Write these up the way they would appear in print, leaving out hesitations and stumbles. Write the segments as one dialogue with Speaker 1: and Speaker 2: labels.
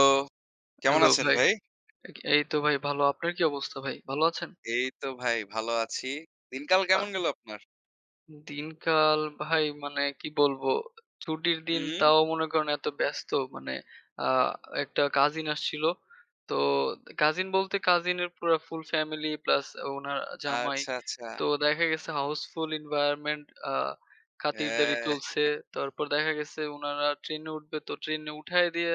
Speaker 1: তো কেমন
Speaker 2: হ্যালো
Speaker 1: আছেন
Speaker 2: ভাই।
Speaker 1: ভাই?
Speaker 2: এ এই তো ভাই ভালো। আপনার কি অবস্থা ভাই? ভালো আছেন?
Speaker 1: এই তো ভাই ভালো আছি। দিনকাল
Speaker 2: আ
Speaker 1: কেমন গেল আপনার?
Speaker 2: দিনকাল ভাই মানে কি বলবো? ছুটির
Speaker 1: হু,
Speaker 2: দিন তাও
Speaker 1: হু।
Speaker 2: মনে করেন এত ব্যস্ত মানে আ একটা কাজিন আসছিল। তো কাজিন বলতে কাজিনের পুরা ফুল ফ্যামিলি প্লাস উনার জামাই।
Speaker 1: আচ্ছা, আচ্ছা।
Speaker 2: তো দেখা গেছে হাউসফুল এনভায়রনমেন্ট আ খাতিরদারি
Speaker 1: হ্যাঁ,
Speaker 2: চলছে। তারপর দেখা গেছে উনারা ট্রেনে উঠবে তো ট্রেনে উঠায় দিয়ে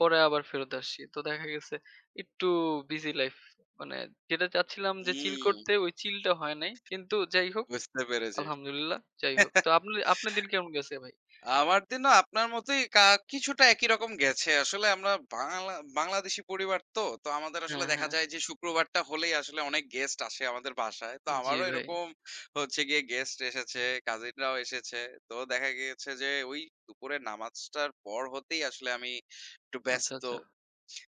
Speaker 2: পরে আবার ফেরত আসছি। তো দেখা গেছে একটু বিজি লাইফ। মানে যেটা চাচ্ছিলাম যে চিল
Speaker 1: হুম,
Speaker 2: করতে ওই চিলটা হয় নাই। কিন্তু যাই হোক
Speaker 1: বুঝতে পেরেছি।
Speaker 2: আলহামদুলিল্লাহ যাই হোক। তো আপনি আপনার দিন কেমন গেছে ভাই?
Speaker 1: আমার দিনও আপনার মতোই কিছুটা একই রকম গেছে। আসলে আমরা বাংলাদেশী পরিবার তো। তো আমাদের আসলে
Speaker 2: হ্যাঁ,
Speaker 1: দেখা
Speaker 2: হ্যাঁ।
Speaker 1: যায় যে শুক্রবারটা হলেই আসলে অনেক গেস্ট আসে আমাদের বাসায়। তো
Speaker 2: জি
Speaker 1: আমারও
Speaker 2: ভাই।
Speaker 1: এরকম হচ্ছে গিয়ে গেস্ট এসেছে, কাজিনরাও এসেছে। তো দেখা গিয়েছে যে ওই দুপুরের নামাজটার পর হতেই আসলে আমি একটু
Speaker 2: আচ্ছা,
Speaker 1: ব্যস্ত।
Speaker 2: আচ্ছা।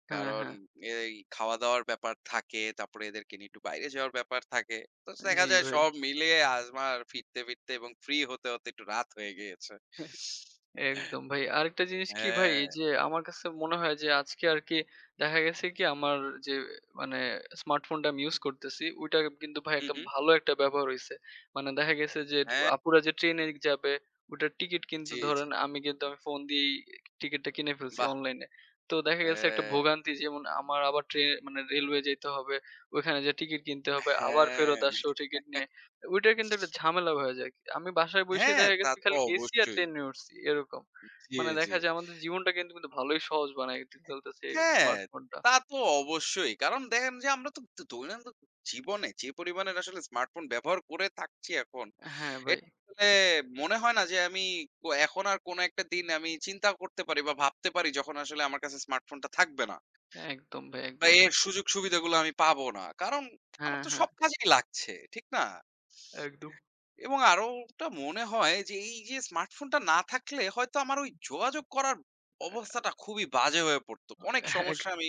Speaker 2: হ্যাঁ,
Speaker 1: কারণ
Speaker 2: হ্যাঁ।
Speaker 1: এই খাওয়া-দাওয়ার ব্যাপার থাকে, তারপরে এদেরকে নিয়ে একটু বাইরে যাওয়ার ব্যাপার থাকে। তো দেখা
Speaker 2: জি
Speaker 1: যায়
Speaker 2: ভাই।
Speaker 1: সব মিলিয়ে আমার ফিরতে, ফিরতে এবং ফ্রি হতে, হতে একটু রাত হয়ে গিয়েছে।
Speaker 2: একদম ভাই। আরেকটা জিনিস কি ভাই,
Speaker 1: হ্যাঁ।
Speaker 2: এই যে আমার কাছে মনে হয় যে আজকে আরকি দেখা গেছে কি আমার যে মানে স্মার্টফোনটা আমি ইউজ করতেছি ওইটা কিন্তু ভাই
Speaker 1: হু,
Speaker 2: একটা
Speaker 1: হু।
Speaker 2: ভালো একটা ব্যবহার হইছে। মানে দেখা গেছে যে
Speaker 1: হ্যাঁ,
Speaker 2: আপুরা যে ট্রেনে যাবে ওটার টিকিট কিন্তু
Speaker 1: জি, জি।
Speaker 2: ধরেন আমি ফোন দিয়েই টিকিটটা কিনে ফেলছি
Speaker 1: বাহ!
Speaker 2: অনলাইনে। তো দেখা গেছে একটা
Speaker 1: হ্যাঁ,
Speaker 2: ভোগান্তি যেমন আমার আবার ট্রেন মানে রেলওয়ে যাইতে হবে, ওইখানে যেয়ে টিকিট কিনতে হবে, আবার ফেরত
Speaker 1: হ্যাঁ,
Speaker 2: আসছে ও টিকিট নিয়ে। ওইটা কিন্তু একটা ঝামেলা হয়ে যায়। আমি বাসায় বইসেই
Speaker 1: হ্যাঁ,
Speaker 2: দেখা
Speaker 1: তা
Speaker 2: গেছে
Speaker 1: তো
Speaker 2: খালি গেছি আর
Speaker 1: অবশ্যই।
Speaker 2: ট্রেনে উঠছি এরকম।
Speaker 1: জি,
Speaker 2: মানে
Speaker 1: জি।
Speaker 2: দেখা যায় আমাদের জীবনটা কিন্তু কিন্তু ভালোই সহজ বানায় ফেলতেছে এই
Speaker 1: হ্যাঁ,
Speaker 2: স্মার্টফোনটা।
Speaker 1: তা তো অবশ্যই। কারণ দেখেন যে আমরা তো দৈনন্দিন জীবনে যে পরিমাণের আসলে স্মার্টফোন ব্যবহার করে থাকছি এখন,
Speaker 2: হ্যাঁ ভাই,
Speaker 1: এটা আসলে মনে হয় না যে আমি এখন আর কোনো একটা দিন আমি চিন্তা করতে পারি বা ভাবতে পারি যখন আসলে আমার কাছে স্মার্টফোনটা থাকবে না।
Speaker 2: একদম ভাই
Speaker 1: বা
Speaker 2: একদম।
Speaker 1: এর সুযোগ সুবিধাগুলো আমি পাবো না। কারণ আমার
Speaker 2: হ্যাঁ,
Speaker 1: তো
Speaker 2: হ্যাঁ।
Speaker 1: সব কাজেই লাগছে, ঠিক না?
Speaker 2: একদম।
Speaker 1: এবং আরো ওটা মনে হয় যে এই যে স্মার্টফোনটা না থাকলে হয়তো আমার ওই যোগাযোগ করার অবস্থাটা খুবই বাজে হয়ে পড়তো। অনেক
Speaker 2: এক-
Speaker 1: সমস্যা আমি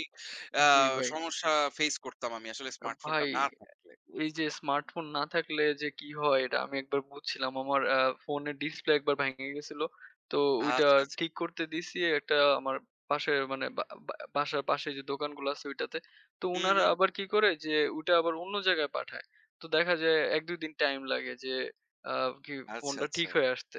Speaker 2: জি ভাই।
Speaker 1: সমস্যা ফেস করতাম আমি আসলে
Speaker 2: ভাই
Speaker 1: স্মার্টফোনটা না থাকলে।
Speaker 2: এই যে স্মার্টফোন না থাকলে যে কি হয় এটা আমি একবার বুঝছিলাম। আমার ফোনের ডিসপ্লে একবার ভেঙে গেছিল। তো ওইটা
Speaker 1: আচ্ছা, আচ্ছা।
Speaker 2: ঠিক করতে দিছি একটা আমার পাশের মানে বা বা বাসার পাশে যে দোকানগুলো আছে ওইটাতে। তো
Speaker 1: হুম,
Speaker 2: উনারা
Speaker 1: হুম।
Speaker 2: আবার কি করে যে ওইটা আবার অন্য জায়গায় পাঠায়। তো দেখা যায় ১-২ দিন টাইম লাগে যে আ কি
Speaker 1: আচ্ছা,
Speaker 2: ফোনটা ঠিক
Speaker 1: আচ্ছা।
Speaker 2: হয়ে আসতে।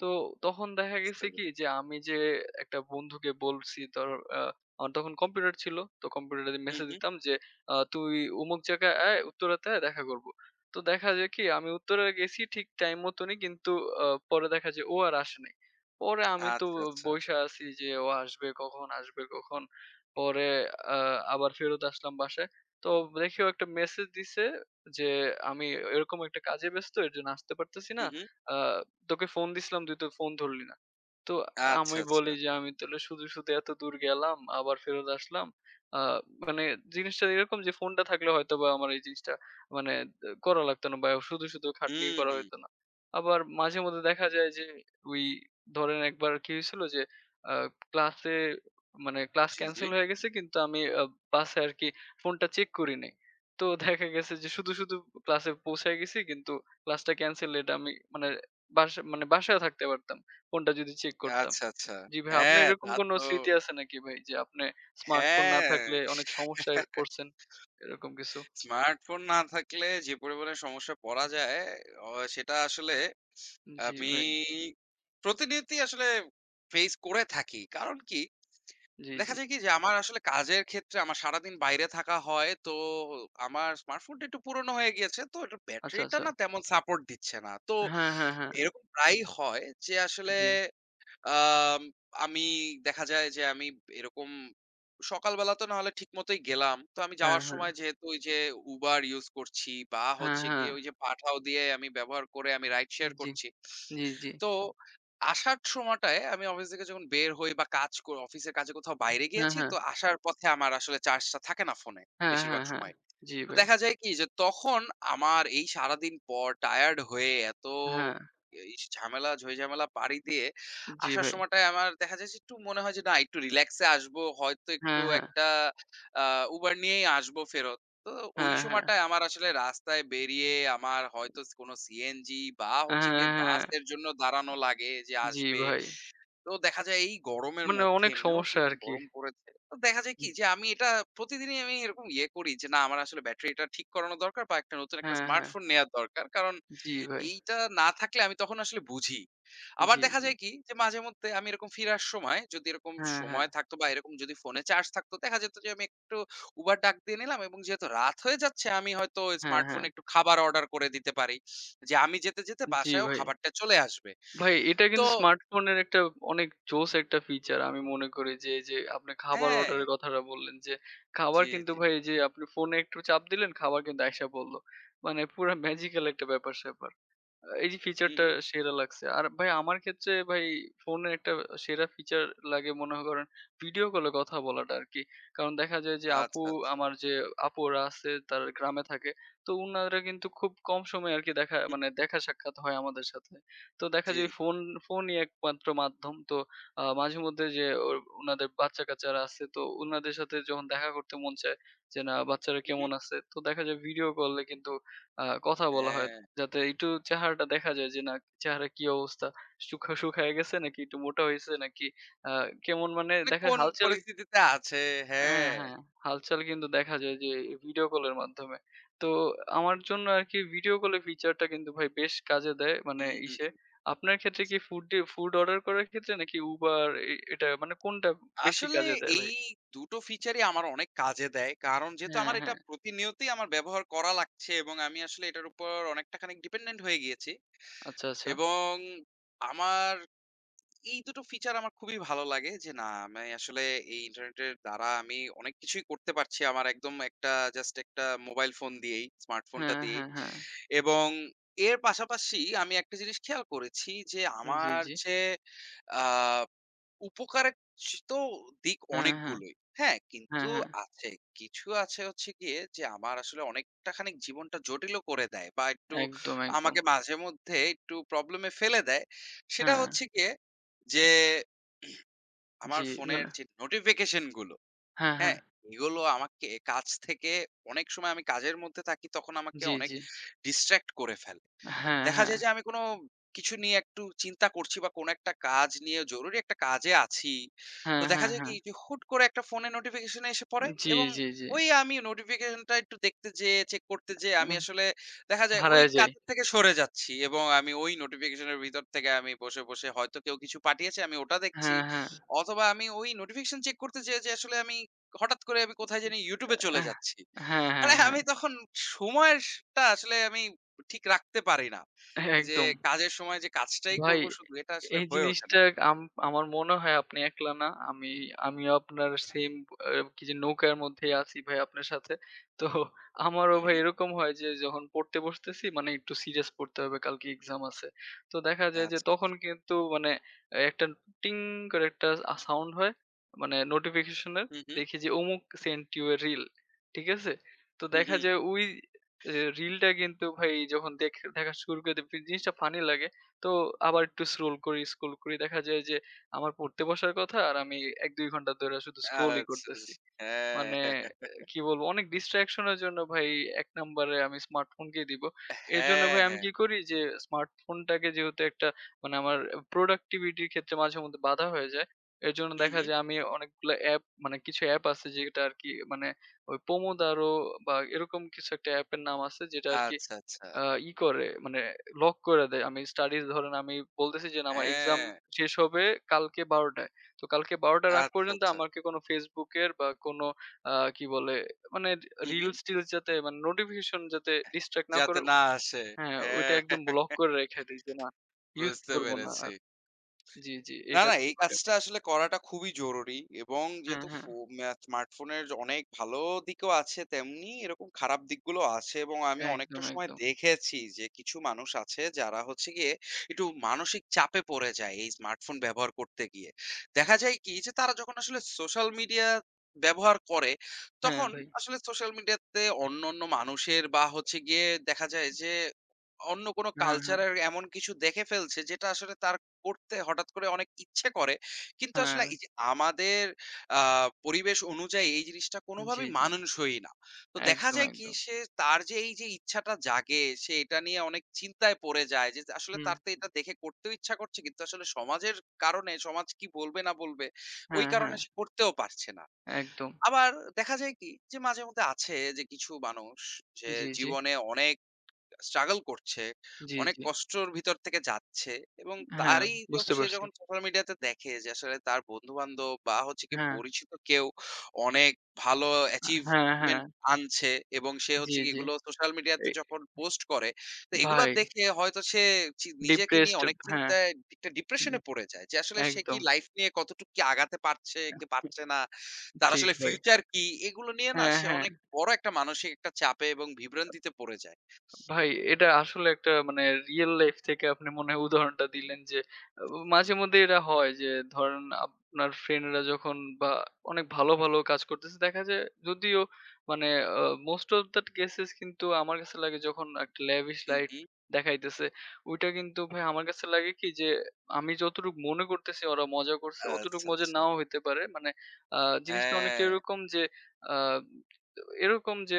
Speaker 2: তো তখন দেখা
Speaker 1: বুঝতে
Speaker 2: গেছে কি
Speaker 1: পেরেছি।
Speaker 2: যে আমি যে একটা বন্ধুকে বলছি ধরো আমার তখন কম্পিউটার ছিল। তো কম্পিউটারে
Speaker 1: হুম,
Speaker 2: মেসেজ
Speaker 1: হুম।
Speaker 2: দিতাম যে তুই অমুক জায়গায় আয় উত্তরাতে আয় দেখা করব। তো দেখা যায় কি আমি উত্তরা গেছি ঠিক টাইম মতনই কিন্তু আ পরে দেখা যায় ও আর আসে নাই। পরে আমি তো
Speaker 1: আচ্ছা, আচ্ছা।
Speaker 2: বইসা আছি যে ও আসবে কখন, আসবে কখন? পরে আ আবার ফেরত আসলাম বাসায়। তো দেখি ও একটা মেসেজ দিছে যে, "আমি এরকম একটা কাজে ব্যস্ত এর জন্য আসতে পারতেছি
Speaker 1: হুম,
Speaker 2: না।
Speaker 1: হুম।
Speaker 2: আ তোকে ফোন দিছিলাম তুই তো ফোন ধরলি না।" তো
Speaker 1: আচ্ছা,
Speaker 2: আমি
Speaker 1: আচ্ছা।
Speaker 2: বলি যে, "আমি তাহলে শুধু, শুধু এত দূর গেলাম আবার ফেরত আসলাম।" আ মানে জিনিসটা এরকম যে ফোনটা থাকলে হয়তোবা আমার এই জিনিসটা মানে করা লাগতো না বা শুধু, শুধু খাটনি
Speaker 1: হুম,
Speaker 2: করা
Speaker 1: হুম।
Speaker 2: হইতো না। আবার মাঝে মধ্যে দেখা যায় যে ওই ধরেন একবার কি হয়েছিল যে আ ক্লাসে মানে ক্লাস
Speaker 1: জি, জি।
Speaker 2: ক্যানসেল হয়ে গেছে কিন্তু আমি বাসে আরকি ফোনটা চেক করি নাই। তো দেখা গেছে যে শুধু, শুধু ক্লাসে পৌঁছায় গেছি কিন্তু ক্লাসটা ক্যানসেল এটা আমি মানে বাসা মানে বাসায় থাকতে পারতাম। ফোনটা যদি চেক করতাম।
Speaker 1: আচ্ছা, আচ্ছা।
Speaker 2: জি ভাই, আপনার
Speaker 1: হ্যাঁ,
Speaker 2: এরকম
Speaker 1: তা
Speaker 2: কোনো
Speaker 1: তো,
Speaker 2: স্মৃতি আছে নাকি ভাই? যে আপনি স্মার্টফোন না
Speaker 1: হ্যাঁ।
Speaker 2: থাকলে অনেক সমস্যায় পড়ছেন, এরকম কিছু?
Speaker 1: স্মার্টফোন না থাকলে যে পরিমাণে সমস্যায় পড়া যায়, অ সেটা আসলে
Speaker 2: জি
Speaker 1: আমি
Speaker 2: ভাই।
Speaker 1: প্রতিনিয়তই আসলে ফেস করে থাকি। কারণ কি?
Speaker 2: জি, জি।
Speaker 1: দেখা যায় কি? যে আমার আসলে কাজের ক্ষেত্রে আমার সারাদিন বাইরে থাকা হয়। তো আমার স্মার্টফোনটা একটু পুরনো হয়ে গিয়েছে। তো এটার
Speaker 2: আচ্ছা,
Speaker 1: ব্যাটারিটা
Speaker 2: আচ্ছা।
Speaker 1: না তেমন সাপোর্ট দিচ্ছে না। তো
Speaker 2: হ্যাঁ, হ্যাঁ, হ্যাঁ।
Speaker 1: এরকম প্রায়ই হয় যে আসলে
Speaker 2: জি।
Speaker 1: আম আমি দেখা যায় যে আমি এরকম সকালবেলা তো না হলে ঠিকমতোই গেলাম। তো আমি
Speaker 2: হ্যাঁ,
Speaker 1: যাওয়ার
Speaker 2: হ্যাঁ।
Speaker 1: সময় যেহেতু ওই যে Uber ইউস করছি বা
Speaker 2: হ্যাঁ,
Speaker 1: হচ্ছে
Speaker 2: হ্যাঁ।
Speaker 1: গিয়ে ওই যে পাঠাও দিয়ে আমি ব্যবহার করে আমি রাইড শেয়ার
Speaker 2: জি,
Speaker 1: করছি।
Speaker 2: জি, জি।
Speaker 1: তো আসার সময়টায় আমি অফিস থেকে যখন বের হই বা কাজ ক অফিসের কাজে কোথাও বাইরে
Speaker 2: হ্যাঁ,
Speaker 1: গিয়েছি,
Speaker 2: হ্যাঁ।
Speaker 1: তো আসার পথে আমার আসলে চার্জটা থাকে না ফোনে
Speaker 2: হ্যাঁ,
Speaker 1: বেশিরভাগ
Speaker 2: হ্যাঁ, হ্যাঁ।
Speaker 1: সময়।
Speaker 2: জি
Speaker 1: তো
Speaker 2: ভাই।
Speaker 1: দেখা যায় কি যে তখন আমার এই সারাদিন পর টায়ার্ড হয়ে এত
Speaker 2: হ্যাঁ।
Speaker 1: এই ঝামেলা ঝই-ঝামেলা পাড়ি দিয়ে
Speaker 2: জি
Speaker 1: আসার
Speaker 2: ভাই।
Speaker 1: সময়টায় আমার দেখা যায় যে একটু মনে হয় যে না একটু রিল্যাক্স এ আসবো। হয়তো
Speaker 2: হ্যাঁ,
Speaker 1: একটু
Speaker 2: হ্যাঁ।
Speaker 1: একটা আ Uber নিয়েই আসবো ফেরত। তো ওই
Speaker 2: হ্যাঁ, হ্যাঁ।
Speaker 1: সময়টায় আমার আসলে রাস্তায় বেরিয়ে আমার হয়তো কোনো সিএনজি বা
Speaker 2: হ্যাঁ,
Speaker 1: হচ্ছে গিয়ে
Speaker 2: হ্যাঁ। হ্যাঁ।
Speaker 1: বাসের জন্য দাঁড়ানো লাগে যে
Speaker 2: জি
Speaker 1: আসবে।
Speaker 2: ভাই।
Speaker 1: তো দেখা যায় এই গরমের
Speaker 2: মানে
Speaker 1: মধ্যে
Speaker 2: অনেক
Speaker 1: এমনিও
Speaker 2: সমস্যা
Speaker 1: যেরকম
Speaker 2: আরকি।
Speaker 1: গরম পড়েছে। তো দেখা যায় কি যে আমি এটা প্রতিদিনই আমি এরকম ইয়ে করি যে না আমার আসলে ব্যাটারিটা ঠিক করানো দরকার বা একটা নতুন একটা
Speaker 2: হ্যাঁ, হ্যাঁ।
Speaker 1: স্মার্টফোন নেয়া দরকার। কারণ
Speaker 2: জি ভাই।
Speaker 1: এইটা না থাকলে আমি তখন আসলে বুঝি। আবার
Speaker 2: জি,
Speaker 1: দেখা
Speaker 2: জি।
Speaker 1: যায় কি যে মাঝেমধ্যে আমি এরকম ফিরার সময় যদি এরকম
Speaker 2: হ্যাঁ, হ্যাঁ।
Speaker 1: সময় থাকতো বা এরকম যদি ফোনে চার্জ থাকতো দেখা যেত যে আমি একটু Uber ডাক দিয়ে নিলাম এবং যেহেতু রাত হয়ে যাচ্ছে আমি হয়তো
Speaker 2: হ্যাঁ, হ্যাঁ।
Speaker 1: স্মার্টফোনে একটু খাবার অর্ডার করে দিতে পারি। যে আমি যেতে, যেতে
Speaker 2: জি
Speaker 1: বাসায়ও
Speaker 2: ভাই।
Speaker 1: খাবারটা চলে আসবে।
Speaker 2: ভাই এটা
Speaker 1: তো
Speaker 2: কিন্তু স্মার্টফোনের একটা অনেক জোস একটা ফিচার। আমি মনে করি যে, এই যে আপনি খাবার
Speaker 1: হ্যাঁ,
Speaker 2: অর্ডারের কথাটা বললেন যে, খাবার
Speaker 1: জি,
Speaker 2: কিন্তু
Speaker 1: জি।
Speaker 2: ভাই এই যে আপনি ফোনে একটু চাপ দিলেন, খাবার কিন্তু আইসা পড়ল। মানে পুরা ম্যাজিক্যাল একটা ব্যাপার-স্যাপার। এই যে
Speaker 1: হুম,
Speaker 2: ফিচারটা
Speaker 1: হুম।
Speaker 2: সেরা লাগছে। আর ভাই আমার ক্ষেত্রে ভাই ফোনের একটা সেরা ফিচার লাগে মনে করেন ভিডিও কলে কথা বলাটা আরকি। কারণ দেখা যায় যে আপু
Speaker 1: আচ্ছা, আচ্ছা।
Speaker 2: আমার যে আপুরা আছে তারা গ্রামে থাকে। তো উনারা কিন্তু খুব কম সময়ে আরকি দেখা
Speaker 1: হুম।
Speaker 2: মানে দেখা সাক্ষাৎ হয় আমাদের সাথে। তো দেখা
Speaker 1: জি,
Speaker 2: যায়
Speaker 1: জি।
Speaker 2: ফোনই একমাত্র মাধ্যম। তো মাঝেমধ্যে যে ও উনাদের বাচ্চা-কাচ্চারা আছে তো উনাদের সাথে যখন দেখা করতে মন চায় যে না বাচ্চারা
Speaker 1: হু,
Speaker 2: কেমন
Speaker 1: হুম।
Speaker 2: আছে? তো দেখা যায় ভিডিও কলে কিন্তু কথা বলা হয়।
Speaker 1: হ্যাঁ,
Speaker 2: যাতে একটু চেহারাটা দেখা যায় যে না চেহারা কি অবস্থা শুখা শুকায় গেছে নাকি একটু মোটা হয়েছে নাকি আহ, কেমন মানে
Speaker 1: মানে
Speaker 2: দেখা
Speaker 1: কোন
Speaker 2: হালচাল
Speaker 1: পরিস্থিতিতে আছে,
Speaker 2: হ্যাঁ
Speaker 1: হ্যাঁ।
Speaker 2: হ্যাঁ হালচাল কিন্তু দেখা যায় যে ভিডিও কলের মাধ্যমে তো আমার জন্য আর কি ভিডিও কলের ফিচারটা কিন্তু ভাই বেশ কাজে দেয় মানে
Speaker 1: হুম, হুম,
Speaker 2: ইসে
Speaker 1: হুম।
Speaker 2: আপনার ক্ষেত্রে কি ফুড ফুড অর্ডার করার ক্ষেত্রে নাকি উবার এটা মানে কোনটা বেশি
Speaker 1: আসলে
Speaker 2: কাজে দেয়
Speaker 1: এই
Speaker 2: ভাই
Speaker 1: দুটো ফিচারই আমার অনেক কাজে দেয়। কারণ যেহেতু
Speaker 2: হ্যাঁ
Speaker 1: আমার এটা
Speaker 2: হ্যাঁ
Speaker 1: প্রতিনিয়তই আমার ব্যবহার করা লাগছে এবং আমি আসলে এটার উপর অনেকটা খানিক ডিপেন্ডেন্ট হয়ে গিয়েছি।
Speaker 2: আচ্ছা আচ্ছা
Speaker 1: এবং আমার এই দুটো ফিচার আমার খুবই ভালো লাগে যে না আমি আসলে এই ইন্টারনেটের দ্বারা আমি অনেক কিছুই করতে পারছি আমার একদম একটা জাস্ট একটা মোবাইল ফোন দিয়েই স্মার্টফোনটা
Speaker 2: হ্যাঁ
Speaker 1: দিয়েই।
Speaker 2: হ্যাঁ হ্যাঁ
Speaker 1: এবং এর পাশাপাশি আমি একটা জিনিস খেয়াল করেছি যে
Speaker 2: জি
Speaker 1: আমার
Speaker 2: জি
Speaker 1: যে উপকারের তো দিক
Speaker 2: হ্যাঁ হ্যাঁ
Speaker 1: অনেকগুলোই। হ্যাঁ,
Speaker 2: হ্যাঁ
Speaker 1: কিন্তু
Speaker 2: হ্যাঁ
Speaker 1: আছে। কিছু আছে হচ্ছে গিয়ে যে আমার আসলে অনেকটা খানিক জীবনটা জটিলও করে দেয় বা একটু
Speaker 2: একদম একদম
Speaker 1: আমাকে মাঝেমধ্যে একটু প্রবলেম এ ফেলে দেয়। সেটা
Speaker 2: হ্যাঁ
Speaker 1: হচ্ছে গিয়ে যে আমার
Speaker 2: জি
Speaker 1: ফোনের
Speaker 2: মানে
Speaker 1: যে নোটিফিকেশন গুলো,
Speaker 2: হ্যাঁ, হ্যাঁ।
Speaker 1: হ্যাঁ? এগুলো আমাকে কাজ থেকে অনেক সময় আমি কাজের মধ্যে থাকি তখন আমাকে
Speaker 2: জি,
Speaker 1: অনেক
Speaker 2: জি।
Speaker 1: ডিস্ট্রাক্ট করে ফেলে।
Speaker 2: হ্যাঁ,
Speaker 1: দেখা
Speaker 2: হ্যাঁ।
Speaker 1: যায় যে আমি কোনো কিছু নিয়ে একটু চিন্তা করছি বা কোনো একটা কাজ নিয়ে জরুরি একটা কাজে আছি। তো
Speaker 2: হ্যাঁ,
Speaker 1: দেখা
Speaker 2: হ্যাঁ,
Speaker 1: যায়
Speaker 2: হ্যাঁ।
Speaker 1: কি যে হুট করে একটা ফোনে নোটিফিকেশন এসে পড়ে
Speaker 2: জি,
Speaker 1: এবং
Speaker 2: জি, জি।
Speaker 1: ওই আমি নোটিফিকেশনটা একটু দেখতে যেয়ে চেক করতে যেয়ে আমি
Speaker 2: উম
Speaker 1: আসলে দেখা যায় ওই
Speaker 2: হারায় যাই।
Speaker 1: কাজের থেকে সরে যাচ্ছি এবং আমি ওই নোটিফিকেশনের ভিতর থেকে আমি বসে, বসে হয়তো কেউ কিছু পাঠিয়েছে আমি ওটা দেখছি।
Speaker 2: হ্যাঁ, হ্যাঁ।
Speaker 1: অথবা আমি ওই নোটিফিকেশন চেক করতে যেয়ে যে আসলে আমি হঠাৎ করে আমি কোথায় জানি YouTube এ চলে
Speaker 2: আহ
Speaker 1: যাচ্ছি।
Speaker 2: হ্যাঁ, হ্যাঁ,
Speaker 1: মানে
Speaker 2: হ্যাঁ।
Speaker 1: আমি তখন সময়েরটা আসলে আমি ঠিক রাখতে পারি না। যে
Speaker 2: একদম।
Speaker 1: কাজের সময় যে কাজটাই
Speaker 2: ভাই,
Speaker 1: করব শুধু এটা আসলে
Speaker 2: এই
Speaker 1: হয়ে ওঠে
Speaker 2: জিনিসটা
Speaker 1: না।
Speaker 2: আম আমার মনে হয় আপনি একলা না। আমিও আপনার সেম কি যে নৌকার মধ্যেই আছি ভাই আপনার সাথে। তো আমারও
Speaker 1: হুম,
Speaker 2: ভাই
Speaker 1: হুম।
Speaker 2: এরকম হয় যে যখন পড়তে বসতেছি মানে একটু সিরিয়াস পড়তে হবে কালকে এক্সাম আছে। তো দেখা যায় যে
Speaker 1: আচ্ছা,
Speaker 2: তখন
Speaker 1: আচ্ছা।
Speaker 2: কিন্তু মানে একটা টিং করে একটা সাউন্ড হয়। মানে নোটিফিকেশন এর।
Speaker 1: হুম, হুম।
Speaker 2: দেখি যে অমুক সেন্ট ইউ a রিল। ঠিক আছে? তো
Speaker 1: হুম,
Speaker 2: দেখা
Speaker 1: হুম।
Speaker 2: যায় ওই রিলটা কিন্তু ভাই যখন দেখা শুরু করে দেই জিনিসটা ফানি লাগে। তো আবার একটু স্ক্রোল করি, স্ক্রোল করি। দেখা যায় যে আমার পড়তে বসার কথা আর আমি ১-২ ঘন্টা ধরে শুধু স্ক্রোলই
Speaker 1: আচ্ছা,
Speaker 2: করতেছি।
Speaker 1: আচ্ছা। হ্যাঁ।
Speaker 2: মানে এ কি বলবো অনেক distraction এর জন্য ভাই ১ নম্বরে আমি স্মার্টফোনকেই দিব। এর জন্য
Speaker 1: হ্যাঁ,
Speaker 2: ভাই আমি
Speaker 1: হ্যাঁ।
Speaker 2: কি করি যে স্মার্টফোনটাকে যেহেতু একটা মানে আমার productivity র ক্ষেত্রে মাঝেমধ্যে বাধা হয়ে যায়। এর জন্য
Speaker 1: হুম,
Speaker 2: দেখা
Speaker 1: হুম।
Speaker 2: যায় আমি অনেকগুলা অ্যাপ মানে কিছু অ্যাপ আছে যেটা আরকি মানে ওই Pomodoro বা এরকম কিছু একটা অ্যাপের নাম আছে যেটা আরকি
Speaker 1: আচ্ছা, আচ্ছা।
Speaker 2: আ ই করে মানে লক করে দেয়। আমি স্টাডিজ ধরেন আমি বলতেছি যে না আমার এক্সাম
Speaker 1: হ্যাঁ।
Speaker 2: শেষ হবে কালকে ১২ঃ০০ টায়। তো কালকে ১২ঃ০০ টার আগ
Speaker 1: আচ্ছা,
Speaker 2: পর্যন্ত
Speaker 1: আচ্ছা।
Speaker 2: আমাকে কোনো Facebook এর বা কোনো আ কি বলে মানে
Speaker 1: হুম, হুম।
Speaker 2: রিলস টিলস যাতে মানে নোটিফিকেশন যাতে ডিস্ট্রাক্ট না
Speaker 1: যাতে
Speaker 2: করে
Speaker 1: না আসে।
Speaker 2: হ্যাঁ, ওইটা
Speaker 1: হ্যাঁ,
Speaker 2: একদম ব্লক করে রেখে দেই যে না ইউজ
Speaker 1: বুঝতে
Speaker 2: করব না
Speaker 1: পেরেছি।
Speaker 2: আর। জি, জি এই
Speaker 1: না, না,
Speaker 2: কাজটা
Speaker 1: এই
Speaker 2: করি
Speaker 1: কাজটা
Speaker 2: আমি।
Speaker 1: আসলে করাটা খুবই জরুরি এবং
Speaker 2: হ্যাঁ,
Speaker 1: যেহেতু
Speaker 2: হ্যাঁ।
Speaker 1: ফো ম্যা স্মার্টফোনের অনেক ভালো দিকও আছে, তেমনি এরকম খারাপ দিকগুলো আছে এবং আমি
Speaker 2: একদম,
Speaker 1: অনেকটা সময়
Speaker 2: একদম।
Speaker 1: দেখেছি যে কিছু মানুষ আছে যারা হচ্ছে গিয়ে একটু মানসিক চাপে পড়ে যায় এই স্মার্টফোন ব্যবহার করতে গিয়ে। দেখা যায় কি যে তারা যখন আসলে সোশ্যাল মিডিয়া ব্যবহার করে,
Speaker 2: হ্যাঁ
Speaker 1: তখন
Speaker 2: ভাই।
Speaker 1: আসলে সোশ্যাল মিডিয়াতে অন্যান্য মানুষের বা হচ্ছে গিয়ে দেখা যায় যে অন্য কোনো
Speaker 2: হ্যাঁ, হ্যাঁ,
Speaker 1: কালচারের এমন কিছু দেখে ফেলছে যেটা আসলে তার করতে হঠাৎ করে অনেক ইচ্ছে করে। কিন্তু আসলে
Speaker 2: হ্যাঁ।
Speaker 1: এই যে আমাদের আ পরিবেশ অনুযায়ী এই জিনিসটা
Speaker 2: জি,
Speaker 1: কোনোভাবেই
Speaker 2: জি।
Speaker 1: মানানসই না। তো দেখা
Speaker 2: একদম,
Speaker 1: যায় কি
Speaker 2: একদম।
Speaker 1: সে তার যে এই যে ইচ্ছাটা জাগে সে এটা নিয়ে অনেক চিন্তায় পড়ে যায় যে আসলে
Speaker 2: হুম।
Speaker 1: তার তো এটা দেখে করতেও ইচ্ছা করছে কিন্তু আসলে সমাজের কারণে সমাজ কি বলবে না বলবে ওই
Speaker 2: হ্যাঁ, হ্যাঁ।
Speaker 1: কারণে সে করতেও পারছে না।
Speaker 2: একদম।
Speaker 1: আবার দেখা যায় কি যে মাঝে মধ্যে আছে যে কিছু মানুষ যে
Speaker 2: জি, জি।
Speaker 1: জীবনে অনেক স্ট্রাগল করছে,
Speaker 2: জি,
Speaker 1: অনেক
Speaker 2: জি।
Speaker 1: কষ্টর ভিতর থেকে যাচ্ছে এবং
Speaker 2: হ্যাঁ,
Speaker 1: তারই য
Speaker 2: বুঝতে
Speaker 1: সে
Speaker 2: পারছি।
Speaker 1: যখন সোশ্যাল মিডিয়াতে দেখে যে আসলে তার বন্ধু-বান্ধব বা হচ্ছে গিয়ে
Speaker 2: হ্যাঁ,
Speaker 1: পরিচিত কেউ অনেক ভালো
Speaker 2: হ্যাঁ, হ্যাঁ।
Speaker 1: অ্যাচিভমেন্ট আনছে এবং সে
Speaker 2: জি,
Speaker 1: হচ্ছে গিয়ে
Speaker 2: জি।
Speaker 1: এগুলো সোশ্যাল
Speaker 2: এ
Speaker 1: মিডিয়াতে যখন পোস্ট করে, তো এগুলা
Speaker 2: ভাই
Speaker 1: দেখে হয়তো সে নিজেকে নিয়ে
Speaker 2: ডিপ্রেসড
Speaker 1: অনেক
Speaker 2: হ্যাঁ,
Speaker 1: চিন্তায় একটা ডিপ্রেশনে পড়ে যায় যে আসলে সে কি
Speaker 2: একদম।
Speaker 1: লাইফ নিয়ে কতটুকু কি আগাতে পারছে কি পারছে না, তার
Speaker 2: ঠিক
Speaker 1: আসলে
Speaker 2: ভাই।
Speaker 1: ফিউচার কি? এগুলো নিয়ে না
Speaker 2: হ্যাঁ,
Speaker 1: সে
Speaker 2: হ্যাঁ।
Speaker 1: অনেক বড় একটা মানসিক একটা চাপে এবং বিভ্রান্তিতে পড়ে যায়।
Speaker 2: ভাই এটা আসলে একটা মানে রিয়েল লাইফ থেকে আপনি মনে হয় উদাহরণটা দিলেন যে আহ, মাঝে মধ্যে এটা হয় যে ধরেন আপনার ফ্রেন্ডরা যখন বা অনেক ভালো ভালো কাজ করতেছে দেখা যায় যদিও মানে মোস্ট অফ দ্যাট কেসেস কিন্তু আমার কাছে লাগে যখন একটা ল্যাভিশ
Speaker 1: হুম,
Speaker 2: লাইট
Speaker 1: হুম।
Speaker 2: দেখাইতেছে ওইটা কিন্তু ভাই আমার কাছে লাগে কি যে আমি যতটুকু মনে করতেছি ওরা মজা করছে অতটুকু
Speaker 1: আচ্ছা,
Speaker 2: মজা
Speaker 1: আচ্ছা।
Speaker 2: নাও হইতে পারে মানে আহ, জিনিসটা অনেকটা
Speaker 1: হ্যাঁ।
Speaker 2: এরকম যে আহ, এরকম যে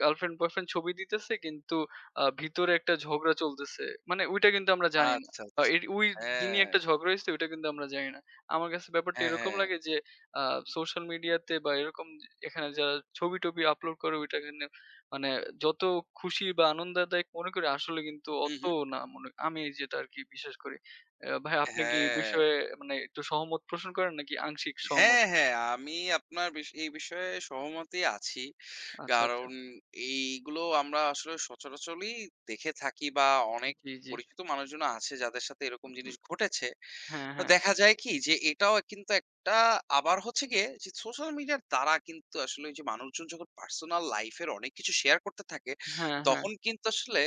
Speaker 2: গার্লফ্রেন্ড বয়ফ্রেন্ড ছবি দিতেছে কিন্তু ভিতরে একটা ঝগড়া চলতেছে। মানে ওইটা কিন্তু আমরা জানি না।
Speaker 1: আচ্ছা, আচ্ছা।
Speaker 2: এর ওই দিনই
Speaker 1: হ্যাঁ।
Speaker 2: একটা ঝগড়া হইছে ওইটা কিন্তু আমরা জানি না। আমার কাছে ব্যাপারটা
Speaker 1: হ্যাঁ,
Speaker 2: এরকম
Speaker 1: হ্যাঁ।
Speaker 2: লাগে যে আ সোশ্যাল মিডিয়াতে বা এরকম এখানে যারা ছবি-টবি আপলোড করে ওইটা কিন্তু মানে যত খুশি বা আনন্দদায়ক মনে করি আসলে কিন্তু
Speaker 1: হুম,
Speaker 2: অত
Speaker 1: হুম।
Speaker 2: না মনে আমি যেটা আরকি বিশ্বাস করি। ভাই আপনি কি এই
Speaker 1: হ্যাঁ।
Speaker 2: বিষয়ে মানে একটু সহমত পোষণ করেন নাকি আংশিক সহমত?
Speaker 1: হ্যাঁ, হ্যাঁ। আমি আপনার এই বিষয়ে সহমতই আছি।
Speaker 2: আচ্ছা, আচ্ছা।
Speaker 1: কারণ এইগুলো আমরা আসলে সচরাচরই দেখে থাকি বা অনেক
Speaker 2: জি, জি।
Speaker 1: পরিচিত মানুষজন আছে যাদের সাথে এরকম জিনিস
Speaker 2: উম
Speaker 1: ঘটেছে।
Speaker 2: হ্যাঁ,
Speaker 1: তো
Speaker 2: হ্যাঁ।
Speaker 1: দেখা যায় কি যে এটাও কিন্তু একটা আবার হচ্ছে গিয়ে যে সোশ্যাল মিডিয়ার দ্বারা কিন্তু আসলে ওই যে মানুষজন যখন পার্সোনাল লাইফের অনেক কিছু শেয়ার করতে থাকে
Speaker 2: হ্যাঁ, হ্যাঁ।
Speaker 1: তখন কিন্তু আসলে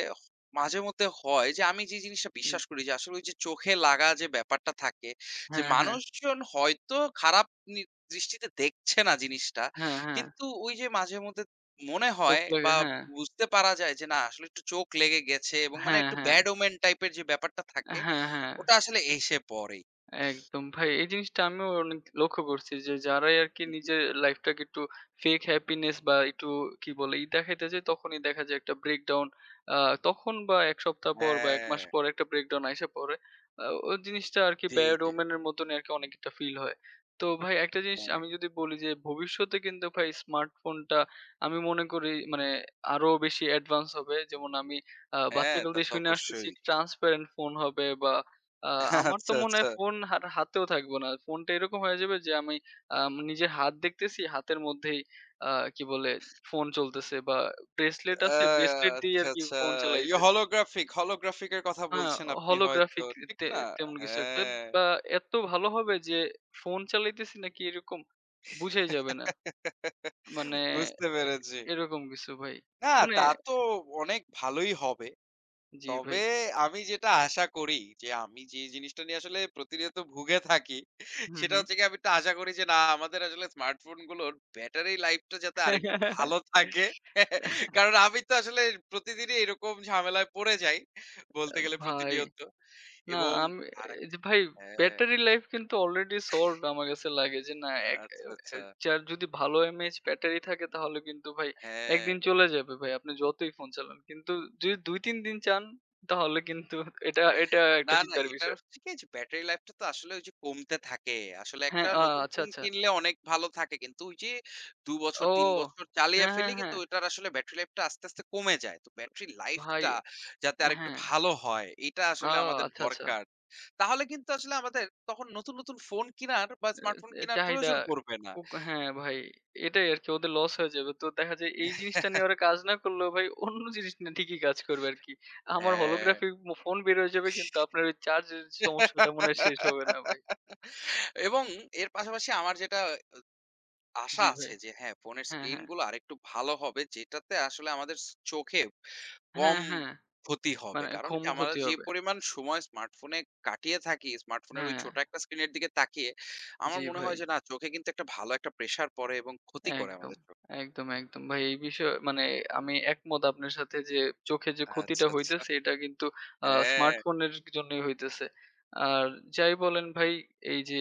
Speaker 1: মাঝে মধ্যে হয় যে আমি যে জিনিসটা
Speaker 2: উম
Speaker 1: বিশ্বাস করি যে আসলে ওই যে চোখে লাগা যে ব্যাপারটা থাকে যে
Speaker 2: হ্যাঁ, হ্যাঁ।
Speaker 1: মানুষজন হয়তো খারাপ দৃষ্টিতে দেখছে না জিনিসটা
Speaker 2: হ্যাঁ, হ্যাঁ।
Speaker 1: কিন্তু ওই যে মাঝে মধ্যে মনে
Speaker 2: চোখ
Speaker 1: হয়
Speaker 2: লাগে
Speaker 1: বা
Speaker 2: হ্যাঁ।
Speaker 1: বুঝতে পারা যায় যে না আসলে একটু চোখ লেগে গেছে এবং মানে
Speaker 2: হ্যাঁ,
Speaker 1: একটু
Speaker 2: হ্যাঁ।
Speaker 1: ব্যাড ওমেন টাইপের যে ব্যাপারটা থাকে
Speaker 2: হ্যাঁ, হ্যাঁ।
Speaker 1: ওটা আসলে এসে পড়ে।
Speaker 2: একদম ভাই। এই জিনিসটা আমিও অনেক লক্ষ্য করছি যে যারাই আরকি
Speaker 1: হু, হু।
Speaker 2: নিজের লাইফটাকে একটু fake happiness বা একটু কি বলে ই দেখাইতে যায় তখনই দেখা যায় একটা breakdown আ তখন বা ১ সপ্তাহ পর বা ১
Speaker 1: হ্যাঁ,
Speaker 2: মাস পর একটা breakdown আইসা পড়ে। ওই জিনিসটা আরকি
Speaker 1: জি,
Speaker 2: bad
Speaker 1: জি।
Speaker 2: omen এর মতনই আরকি অনেকটা ফিল হয়। তো ভাই একটা জিনিস
Speaker 1: হ্যাঁ,
Speaker 2: আমি যদি বলি যে ভবিষ্যতে কিন্তু ভাই স্মার্টফোনটা আমি মনে করি মানে আরো বেশি অ্যাডভান্স হবে। যেমন আমি
Speaker 1: হ্যাঁ,
Speaker 2: বাচ্চাকাল
Speaker 1: তা
Speaker 2: থেকে
Speaker 1: তো
Speaker 2: শুইনা আসতেছি
Speaker 1: অবশ্যই।
Speaker 2: transparent ফোন হবে বা আ আমার তো
Speaker 1: আচ্ছা,
Speaker 2: মনে হয়
Speaker 1: আচ্ছা।
Speaker 2: ফোন আর হাতেও থাকবে না। ফোনটা এরকম হয়ে যাবে যে আমি নিজের হাত দেখতেছি, হাতের মধ্যেই আ কি বলে ফোন চলতেছে বা ব্রেসলেট
Speaker 1: আ
Speaker 2: আছে, ব্রেসলেট দিয়ে
Speaker 1: আচ্ছা,
Speaker 2: আরকি
Speaker 1: আচ্ছা।
Speaker 2: ফোন
Speaker 1: ইয়ে
Speaker 2: চালাইতেছি।
Speaker 1: holographic, holographic এর কথা
Speaker 2: হ্যাঁ,
Speaker 1: বলছেন আপনি হয়তো,
Speaker 2: holographic
Speaker 1: ঠিক
Speaker 2: তে
Speaker 1: না?
Speaker 2: তেমন কিছু একটা
Speaker 1: হ্যাঁ।
Speaker 2: বা এত ভালো হবে যে ফোন চালাইতেছি নাকি এরকম বুঝাই যাবে না। মানে
Speaker 1: বুঝতে পেরেছি।
Speaker 2: এরকম কিছু ভাই।
Speaker 1: না,
Speaker 2: মানে
Speaker 1: তা তো অনেক ভালোই হবে।
Speaker 2: জি
Speaker 1: তবে
Speaker 2: ভাই।
Speaker 1: আমি যেটা আশা করি যে আমি যে জিনিসটা নিয়ে আসলে প্রতিনিয়ত ভুগে থাকি
Speaker 2: হুম,
Speaker 1: সেটা
Speaker 2: হুম।
Speaker 1: হচ্ছে গিয়ে আমি একটু আশা করি যে না আমাদের আসলে স্মার্টফোন গুলোর ব্যাটারি লাইফটা যাতে আরেকটু ভালো থাকে। কারণ আমি তো আসলে প্রতিদিনই এরকম ঝামেলায় পড়ে যাই বলতে গেলে
Speaker 2: ভাই
Speaker 1: প্রতিনিয়ত
Speaker 2: না
Speaker 1: এবং
Speaker 2: আমি
Speaker 1: আরেক
Speaker 2: এই যে ভাই
Speaker 1: হ্যাঁ,
Speaker 2: ব্যাটারি লাইফ কিন্তু অলরেডি সল্ভড আমার কাছে লাগে যে না এক
Speaker 1: আচ্ছা,
Speaker 2: এ
Speaker 1: আচ্ছা,
Speaker 2: যার যদি ভালো এমএএইচ ব্যাটারি থাকে তাহলে কিন্তু ভাই
Speaker 1: হ্যাঁ।
Speaker 2: একদিন চলে যাবে ভাই আপনি যতই ফোন চালান। কিন্তু যদি ২-৩ দিন চান তাহলে কিন্তু এটা এটা একটা
Speaker 1: না, না,
Speaker 2: চিন্তার
Speaker 1: এটার
Speaker 2: বিষয়।
Speaker 1: হচ্ছে কি যে ব্যাটারি লাইফটা তো আসলে ওই যে কমতে থাকে। আসলে
Speaker 2: হ্যাঁ,
Speaker 1: একটা নতুন
Speaker 2: আচ্ছা,
Speaker 1: ফোন
Speaker 2: আচ্ছা।
Speaker 1: কিনলে অনেক ভালো থাকে। কিন্তু ওই যে ২ বছর
Speaker 2: ও!
Speaker 1: ৩ বছর চালিয়ে
Speaker 2: হ্যাঁ,
Speaker 1: ফেলি
Speaker 2: হ্যাঁ,
Speaker 1: কিন্তু
Speaker 2: হ্যাঁ।
Speaker 1: ওটার আসলে ব্যাটারি লাইফটা আস্তে, আস্তে কমে যায়। তো ব্যাটারি
Speaker 2: ভাই
Speaker 1: লাইফটা যাতে আরেকটু
Speaker 2: হ্যাঁ।
Speaker 1: ভালো হয় এটা
Speaker 2: ও
Speaker 1: আসলে আমাদের
Speaker 2: আচ্ছা, আচ্ছা।
Speaker 1: দরকার। তাহলে কিন্তু আসলে আমাদের তখন নতুন, নতুন ফোন কিনার বা স্মার্টফোন
Speaker 2: এ
Speaker 1: কিনার
Speaker 2: চাহিদা
Speaker 1: প্রয়োজন পড়বে না।
Speaker 2: উক হ্যাঁ ভাই, এটাই আরকি ওদের লস হয়ে যাবে। তো দেখা যায় এই জিনিসটা নিয়ে ওরা কাজ না করলেও ভাই অন্য জিনিস নিয়ে ঠিকই কাজ করবে আরকি। আমার
Speaker 1: হ্যাঁ।
Speaker 2: holographic মো ফোন বের হয়ে যাবে কিন্তু আপনার ওই চার্জের সমস্যাটা মনে হয় শেষ হবে না ভাই।
Speaker 1: এবং এর পাশাপাশি আমার যেটা আশা
Speaker 2: জি ভাই।
Speaker 1: আছে যে হ্যাঁ, ফোনের
Speaker 2: হ্যাঁ,
Speaker 1: স্ক্রিন
Speaker 2: হ্যাঁ।
Speaker 1: গুলো আরেকটু ভালো হবে যেটাতে আসলে আমাদের চোখে কম
Speaker 2: হ্যাঁ, হ্যাঁ।
Speaker 1: ক্ষতি হবে।
Speaker 2: মানে
Speaker 1: কারণ
Speaker 2: ঘুম
Speaker 1: কি আমরা
Speaker 2: ক্ষতি
Speaker 1: যে
Speaker 2: হবে।
Speaker 1: পরিমাণ সময় স্মার্টফোনে কাটিয়ে থাকি, স্মার্টফোনের ওই
Speaker 2: হ্যাঁ।
Speaker 1: ছোট একটা স্ক্রিনের দিকে তাকিয়ে আমার
Speaker 2: জি
Speaker 1: মনে
Speaker 2: ভাই।
Speaker 1: হয় যে না চোখে কিন্তু একটা ভালো একটা প্রেশার পড়ে এবং ক্ষতি করে
Speaker 2: একদম,
Speaker 1: আমাদের চোখ।
Speaker 2: একদম, একদম। ভাই এই বিষয়ে মানে আমি একমত আপনার সাথে যে চোখে যে ক্ষতিটা
Speaker 1: আচ্ছা, আচ্ছা।
Speaker 2: হইতেছে এটা কিন্তু
Speaker 1: হ্যাঁ,
Speaker 2: স্মার্টফোনের জন্যই হইতেছে। আর যাই বলেন ভাই এই যে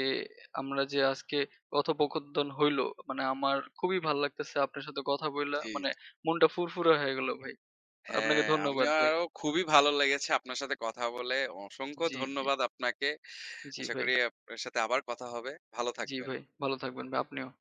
Speaker 2: আমরা যে আজকে কথোপকথন হইলো মানে আমার খুবই ভাল লাগতেছে আপনার সাথে কথা বইলা।
Speaker 1: জি,
Speaker 2: মানে
Speaker 1: জি।
Speaker 2: মনটা ফুরফুরা হয়ে গেল ভাই। আপনাকে
Speaker 1: হ্যাঁ,
Speaker 2: ধন্যবাদ ভাই।
Speaker 1: আমারও খুবই ভালো লেগেছে আপনার সাথে কথা বলে। অসংখ্য
Speaker 2: জি, জি,
Speaker 1: ধন্যবাদ আপনাকে।
Speaker 2: জি
Speaker 1: আশা
Speaker 2: ভাই,
Speaker 1: করি আপনার সাথে আবার কথা হবে। ভালো
Speaker 2: জি
Speaker 1: থাকবেন।
Speaker 2: ভাই। ভালো থাকবেন ভাই আপনিও।